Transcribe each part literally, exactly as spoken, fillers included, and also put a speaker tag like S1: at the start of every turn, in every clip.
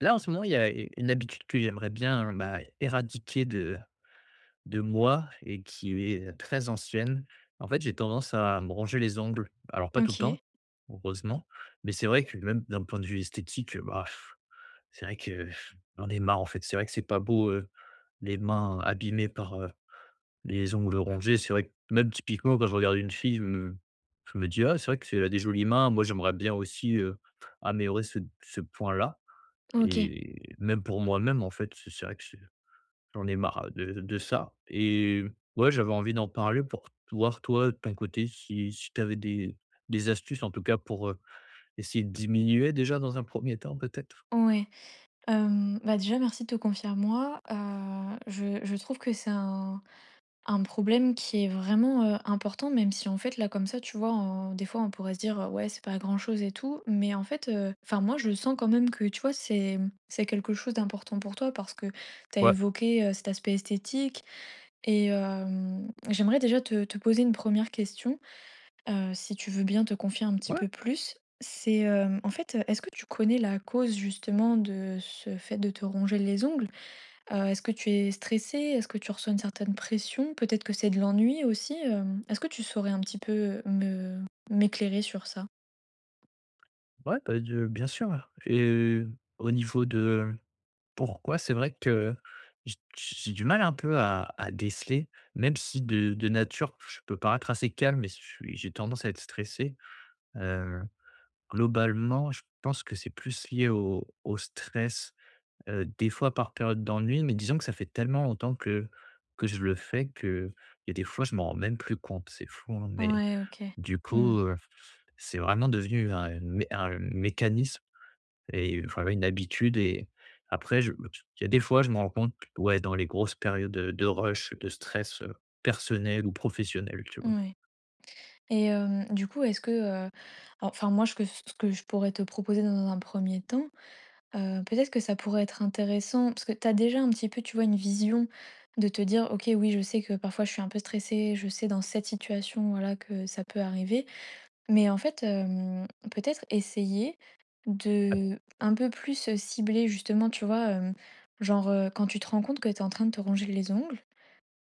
S1: Là, en ce moment, il y a une habitude que j'aimerais bien, bah, éradiquer de de moi et qui est très ancienne. En fait, j'ai tendance à me ronger les ongles. Alors pas tout le temps,
S2: OK.
S1: heureusement, mais c'est vrai que même d'un point de vue esthétique, bah, pff, c'est vrai que pff, j'en ai marre, en fait. C'est vrai que c'est pas beau, heu, les mains abîmées par, heu, les ongles rongés. C'est vrai que même typiquement quand je regarde une fille, je me je me dis: «Ah, c'est vrai qu'elle a des jolies mains». Moi, j'aimerais bien aussi, heu, améliorer ce ce point-là.
S2: OK.
S1: Et même pour moi-même, en fait, c'est c'est vrai que c'est j'en ai marre de de ça et ouais, j'avais envie d'en parler pour voir toi, de ton côté, si si tu avais des des astuces, en tout cas, pour, heu, essayer de diminuer déjà dans un premier temps, peut-être?
S2: Ouais. Hem, bah, déjà merci de te confier à moi. Heu, je je trouve que c'est un un problème qui est vraiment, heu, important, même si en fait là comme ça, tu vois, en des fois on pourrait se dire: euh, «Ouais, c'est pas grand-chose et tout», mais en fait, euh, enfin moi je sens quand même que, tu vois, c'est, mmh, c'est quelque chose d'important pour toi parce que tu as
S1: Ouais.
S2: évoqué, heu, cet aspect esthétique et hem, j'aimerais déjà te te poser une première question. Heu, si tu veux bien te confier un petit
S1: Ouais,
S2: peu plus, c'est, hem, en fait, est-ce que tu connais la cause justement de ce fait de te ronger les ongles? Heu, est-ce que tu es stressée? Est-ce que tu reçois une certaine pression? Peut-être que c'est de l'ennui aussi, hem, est-ce que tu saurais un petit peu, me m'éclairer sur ça?
S1: ouais, bah, de bien sûr et euh, au niveau de pourquoi, c'est vrai que j j'ai du mal un peu à à déceler, même si de de nature, je peux paraître assez calme, mais je suis j'ai tendance à être stressé. euh, Globalement, je pense que c'est plus lié au au stress, heu, des fois par période d'ennui, mais disons que ça fait tellement longtemps que que je le fais que il y a des fois, je m'en rends même plus compte. C'est fou, hein, mais
S2: Ouais, OK.
S1: du
S2: Mmh.
S1: coup, heu, c'est vraiment devenu un mé un mécanisme et voilà une habitude et après je il y a des fois, je me rends compte, ouais, dans les grosses périodes de de rush, de stress, heu, personnel ou professionnel, tu vois?
S2: Ouais et hem, du coup, est-ce que, heu, alors enfin moi, ce que ce que je pourrais te proposer dans un premier temps, Heu, peut-être que ça pourrait être intéressant parce que tu as déjà un petit peu, tu vois, une vision de te dire: «OK, oui, je sais que parfois je suis un peu stressée, je sais dans cette situation, voilà, que ça peut arriver». Mais en fait, hem, peut-être essayer
S1: Ah,
S2: de un peu plus, heu, cibler justement, tu vois, hem, genre, heu, quand tu te rends compte que tu es en train de te ronger les ongles,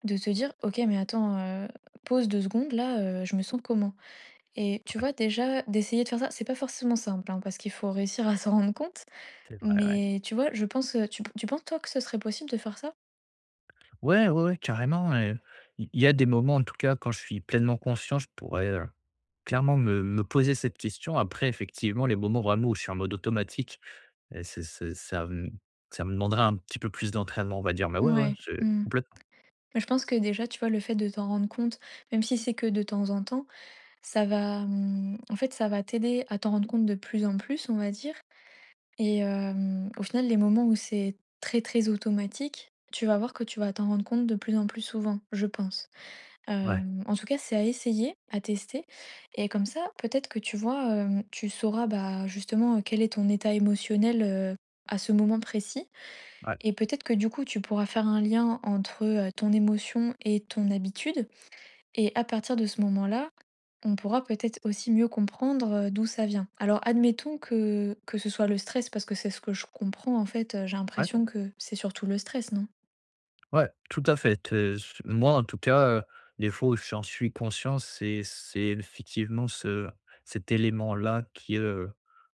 S2: de te dire: «OK, mais attends, heu, pause deux secondes là, heu, je me sens comment?» et tu vois, déjà d'essayer de faire ça, c'est pas forcément simple, hein, parce qu'il faut réussir à s'en rendre compte.
S1: c'est vrai, ouais.
S2: Mais tu vois, je pense, heu, tu tu penses toi que ce serait possible de faire ça?
S1: Ouais, ouais, ouais, carrément et il y a des moments, en tout cas, quand je suis pleinement conscient, je pourrais, heu, clairement me me poser cette question. Après, effectivement, les moments vraiment où je suis en mode automatique et c'est c'est ça, mmh, ça me demandera un petit peu plus d'entraînement, on va dire, mais ouais, ouais,
S2: Ouais,
S1: c'est
S2: mmh.
S1: complètement.
S2: Bah, je pense que déjà, tu vois, le fait de t'en rendre compte, même si c'est que de temps en temps, ça va, mmh, en fait, ça va t'aider à t'en rendre compte de plus en plus, on va dire et hem, au final, les moments où c'est très, très automatique, tu vas voir que tu vas t'en rendre compte de plus en plus souvent, je pense.
S1: Ouais,
S2: Hem, en tout cas, c'est à essayer, à tester et comme ça, peut-être que tu vois, hem, tu sauras, bah, justement, heu, quel est ton état émotionnel, heu, à ce moment précis
S1: ouais,
S2: et peut-être que, du coup, tu pourras faire un lien entre, heu, ton émotion et ton habitude et à partir de ce moment-là, on pourra peut-être aussi mieux comprendre, heu, d'où ça vient. Alors admettons que que ce soit le stress parce que c'est ce que je comprends, en fait, heu, j'ai
S1: ouais.
S2: l'impression que c'est surtout le stress, non?
S1: Ouais, tout à fait. Heu, s moi, en tout cas, heu, les fois où j'en suis conscient, c'est c'est effectivement ce cet élément-là qui est, heu,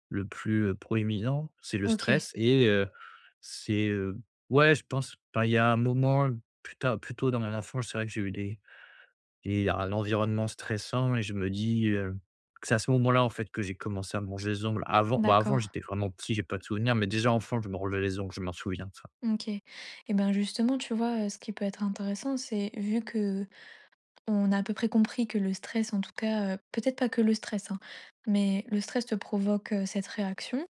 S1: le plus, heu, proéminent, c'est le
S2: OK,
S1: stress et heu, c'est, heu ouais, je pense, enfin, il y a un moment, plus tard plus tôt dans la fin, fois, c'est vrai que j'ai eu des et un l'environnement stressant et je me dis, heu, que c'est à ce moment-là, en fait, que j'ai commencé à me ronger les ongles. Avant bah, avant,
S2: d'accord.
S1: j'étais vraiment petit, j'ai pas de souvenir, mais déjà enfant, je me rongeais les ongles, je m'en souviens de ça.
S2: OK et ben, justement, tu vois, heu, ce qui peut être intéressant, c'est vu que on a à peu près compris que le stress, en tout cas, heu, peut-être pas que le stress, hein, mais le stress te provoque, heu, cette réaction,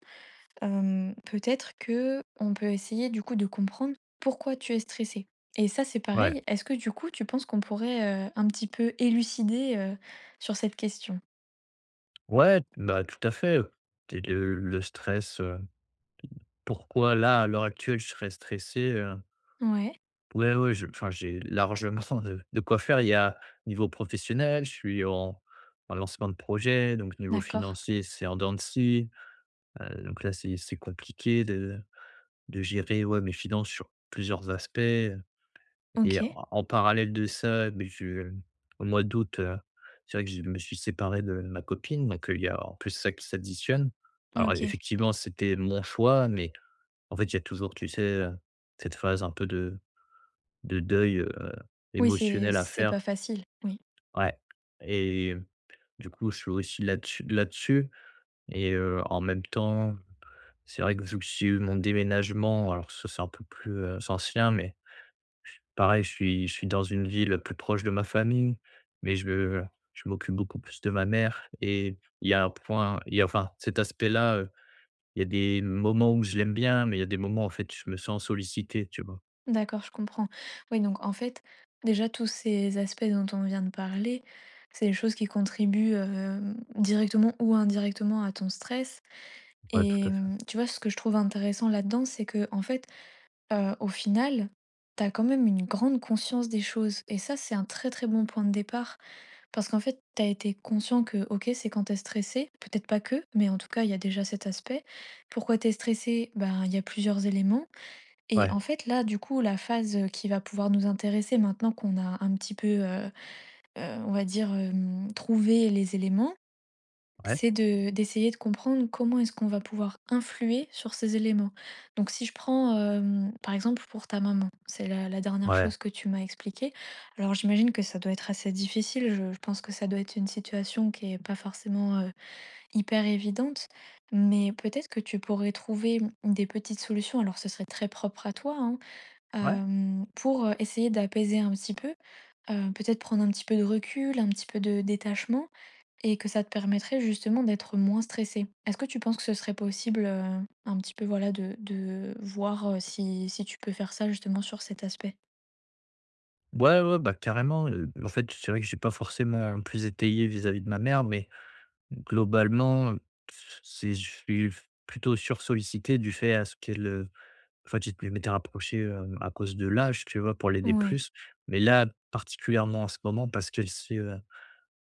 S2: hem, peut-être que on peut essayer, du coup, de comprendre pourquoi tu es stressé et ça, c'est
S1: Ouais.
S2: pareil, est-ce que, du coup, tu penses qu'on pourrait, heu, un petit peu élucider, heu, sur cette question?
S1: Ouais, bah, tout à fait. Tu le le stress, heu, pourquoi là, à l'heure actuelle, je serais stressé.
S2: Ouais,
S1: Ouais, ouais, je enfin, j'ai largement de de quoi faire. Il y a niveau professionnel, je suis en en lancement de projet, donc niveau
S2: d'accord.
S1: financier, c'est en dents de scie. Heu, donc là, c'est c'est compliqué de de gérer, ouais, mes finances sur plusieurs aspects, et
S2: OK.
S1: en en parallèle de ça, mais je au mois d'août, heu, c'est vrai que je me suis séparé de ma copine, donc heu, il y a en plus ça qui s'additionne. Alors
S2: OK.
S1: effectivement, c'était mon choix, mais en fait, il y a toujours, tu sais, heu, cette phase un peu de de deuil, heu,
S2: Oui, c'est
S1: émotionnel à
S2: c'est pas
S1: faire.
S2: facile, oui.
S1: Ouais et du coup, je suis aussi là-dessus là-dessus et heu, en même temps, c'est vrai que vu que j'ai eu mon déménagement, alors ça, c'est un peu plus, heu, ancien, mais pareil, je suis je suis dans une ville plus proche de ma famille, mais je je m'occupe beaucoup plus de ma mère et il y a un point il y a enfin, cet aspect-là, heu, il y a des moments où je l'aime bien, mais il y a des moments, en fait, je me sens sollicité, tu vois?
S2: D'accord, je comprends. Oui, donc en fait, déjà tous ces aspects dont on vient de parler, c'est des choses qui contribuent euh, directement ou indirectement à ton stress.
S1: Ouais, tout
S2: Et
S1: à fait.
S2: hum, tu vois, ce que je trouve intéressant là-dedans, c'est que en fait, euh, au final, t'as quand même une grande conscience des choses. Et ça, c'est un très très bon point de départ. Parce qu'en fait, t'as été conscient que, ok, c'est quand t'es stressé, peut-être pas que, mais en tout cas, il y a déjà cet aspect. Pourquoi t'es stressé? Ben, il y a plusieurs éléments. Et
S1: Ouais,
S2: en fait, là, du coup, la phase, heu, qui va pouvoir nous intéresser maintenant qu'on a un petit peu, heu heu, on va dire, hem, trouvé les éléments,
S1: ouais,
S2: c'est de d'essayer de comprendre comment est-ce qu'on va pouvoir influer sur ces éléments. Donc si je prends, hem, par exemple pour ta maman, c'est la la dernière
S1: ouais,
S2: chose que tu m'as expliquée. Alors j'imagine que ça doit être assez difficile, je je pense que ça doit être une situation qui est pas forcément, heu, hyper évidente, mais peut-être que tu pourrais trouver des petites solutions. Alors ce serait très propre à toi, hein,
S1: ouais.
S2: hem, pour, heu, essayer d'apaiser un petit peu, heu, peut-être prendre un petit peu de recul, un petit peu de détachement et que ça te permettrait justement d'être moins stressé. Est-ce que tu penses que ce serait possible, heu, un petit peu voilà de de voir, heu, si si tu peux faire ça justement sur cet aspect?
S1: Ouais, ouais, bah, carrément, heu, en fait, c'est vrai que j'ai pas forcément plus étayé vis-à-vis de ma mère, mais globalement, c'est je suis plutôt sursollicité du fait à ce qu'elle, heu, en fait, je je m'étais rapproché, hem, à cause de l'âge, tu vois? Pour l'aider
S2: Ouais,
S1: plus, mais là, particulièrement en ce moment, parce qu'elle s'est, heu,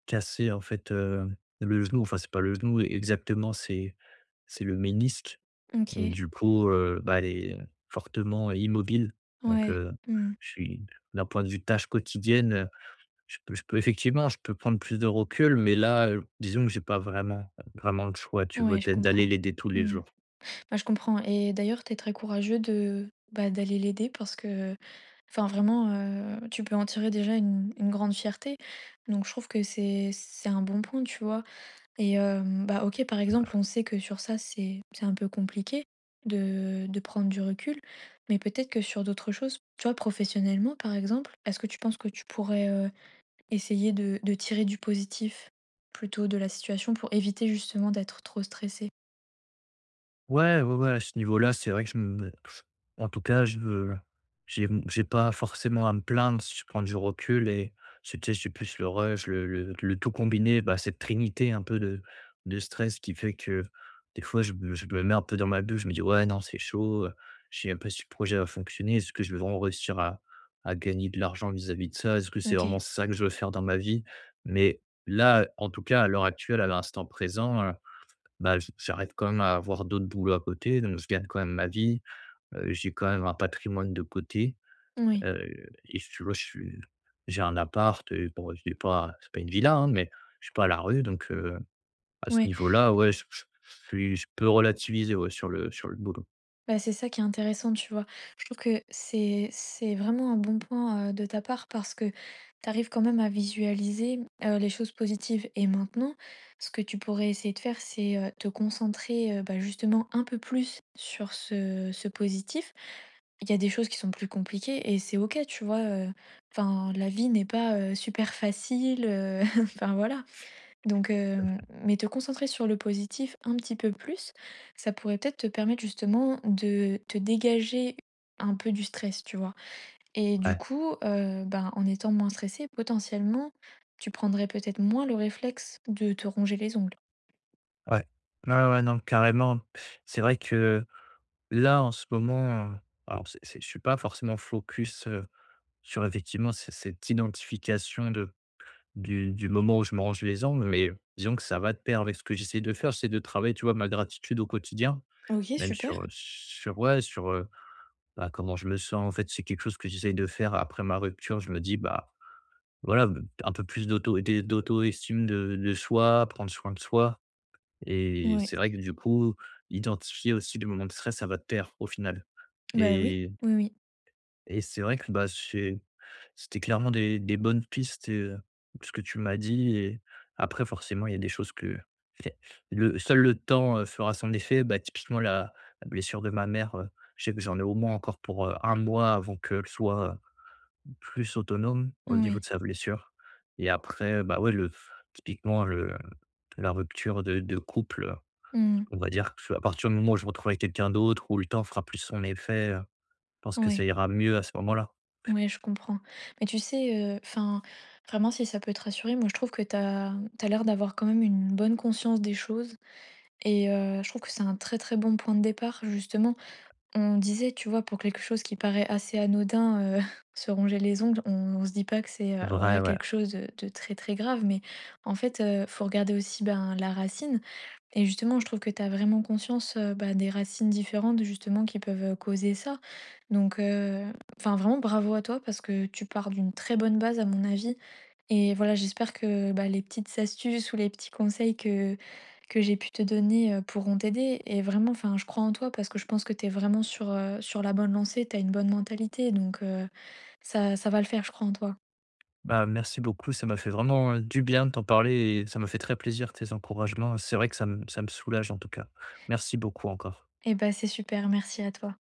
S1: cassée, en fait, heu, le genou, enfin, c'est pas le genou exactement, c'est c'est le ménisque et
S2: OK.
S1: du coup, heu, bah, elle est fortement immobile donc
S2: Ouais.
S1: heu,
S2: Mmh.
S1: je suis d'un point de vue tâches quotidiennes, je peux je peux effectivement, je peux prendre plus de recul, mais là, heu, disons que j'ai pas vraiment vraiment le choix, tu vois?
S2: Ouais, je
S1: D'être d'aller
S2: comprends.
S1: l'aider tous les
S2: Mmh.
S1: jours.
S2: Ah, je comprends et d'ailleurs, tu es très courageux de, bah, d'aller l'aider parce que enfin vraiment, heu, tu peux en tirer déjà une une grande fierté. Donc je trouve que c'est c'est un bon point, tu vois? Et hem, bah, OK, par exemple, on sait que sur ça, c'est c'est un peu compliqué de de prendre du recul, mais peut-être que sur d'autres choses, tu vois, professionnellement, par exemple, est-ce que tu penses que tu pourrais, heu, essayer de de tirer du positif plutôt de la situation pour éviter justement d'être trop stressé?
S1: Ouais, ouais, ouais, à ce niveau-là, c'est vrai que je me en tout cas, je me j'ai j'ai pas forcément à me plaindre si je prends du recul et c'est tu sais, c'est plus le rush, le le le tout combiné, bah, cette trinité un peu de de stress qui fait que des fois je me je me mets un peu dans ma bulle, je me dis: «Ouais, non, c'est chaud, heu, je sais même pas si le projet va fonctionner. Est-ce que je vais vraiment réussir à à gagner de l'argent vis-à-vis de ça? Est-ce que c'est vraiment
S2: OK,
S1: ça que je veux faire dans ma vie?» mais là, en tout cas, à l'heure actuelle, à l'instant présent, bah, j j'arrive quand même à avoir d'autres boulots à côté, donc je gagne quand même ma vie. Heu, j'ai quand même un patrimoine de côté,
S2: oui,
S1: heu et si tu veux, je suis j'ai un appart, heu, bon, je l'ai pas c'est pas une villa, hein, mais je suis pas à la rue, donc heu, à ce
S2: oui.
S1: niveau-là, ouais, je je je suis je peux relativiser, ouais, sur le sur le boulot.
S2: Bah, c'est ça qui est intéressant, tu vois? Je trouve que c'est c'est vraiment un bon point, heu, de ta part parce que tu arrives quand même à visualiser, heu, les choses positives et maintenant, ce que tu pourrais essayer de faire, c'est, heu, te concentrer, heu, bah, justement un peu plus sur ce ce positif. Il y a des choses qui sont plus compliquées et c'est OK, tu vois? Heu, enfin, la vie n'est pas, heu, super facile, heu, enfin, voilà. Donc, hem, mais te concentrer sur le positif un petit peu plus, ça pourrait peut-être te permettre justement de te dégager un peu du stress, tu vois? Et du
S1: Ouais,
S2: coup, heu, ben, en étant moins stressé, potentiellement, tu prendrais peut-être moins le réflexe de te ronger les ongles.
S1: ouais. Ouais, ouais, non, carrément. C'est vrai que là, en ce moment, euh, alors c'est c'est je suis pas forcément focus, heu, sur effectivement c cette identification de Du du moment où je me range les angles mais disons que ça va de pair avec ce que j'essaie de faire, c'est de travailler, tu vois, ma gratitude au quotidien,
S2: OK,
S1: même
S2: super.
S1: sur, sur ouais, sur, heu, bah, comment je me sens. En fait, c'est quelque chose que j'essaie de faire après ma rupture. Je me dis: «Bah, voilà, un peu plus d'auto d'é d'auto-estime de de soi, prendre soin de soi» et
S2: Ouais.
S1: c'est vrai que du coup, identifier aussi les moments de stress, ça va de pair au final
S2: Bah, oui,
S1: et
S2: oui, oui,
S1: et c'est vrai que, bah, c'est c'était clairement des des bonnes pistes et heu, ce que tu m'as dit et après forcément, il y a des choses que le seul le temps, heu, fera son effet. Bah, typiquement la la blessure de ma mère, heu, je sais que j'en ai au moins encore pour, heu, un mois avant qu'elle soit, heu, plus autonome au niveau de
S2: oui,
S1: sa blessure et après, bah, ouais, le typiquement le la rupture de de couple,
S2: mmh,
S1: on va dire que à partir du moment où je me retrouve avec quelqu'un d'autre, où le temps fera plus son effet, heu, je pense que ça
S2: oui
S1: ira mieux à ce moment-là.
S2: ouais, je comprends. Mais tu sais, enfin, vraiment si ça peut te rassurer, moi je trouve que t'as t'as l'air d'avoir quand même une bonne conscience des choses. Et heu, je trouve que c'est un très, très bon point de départ justement. On disait, tu vois, pour quelque chose qui paraît assez anodin, heu, se ronger les ongles, on on se dit pas que c'est, heu,
S1: Vrai,
S2: voilà
S1: ouais.
S2: quelque chose de de très, très grave mais en fait, heu, faut regarder aussi, ben, la racine et justement je trouve que tu as vraiment conscience, heu, bah, des racines différentes justement qui peuvent, euh, causer ça. Donc heu, enfin vraiment bravo à toi parce que tu pars d'une très bonne base à mon avis et voilà, j'espère que, bah, les petites astuces ou les petits conseils que que j'ai pu te donner, heu, pourront t'aider et vraiment, enfin, je crois en toi parce que je pense que tu es vraiment sur, heu, sur la bonne lancée. Tu as une bonne mentalité donc heu, ça ça va le faire, je crois en toi.
S1: Bah, merci beaucoup, ça m'a fait vraiment, heu, du bien de t'en parler et ça m'a fait très plaisir tes encouragements. C'est vrai que ça me ça me soulage en tout cas. Merci beaucoup encore.
S2: Et bah, c'est super, merci à toi.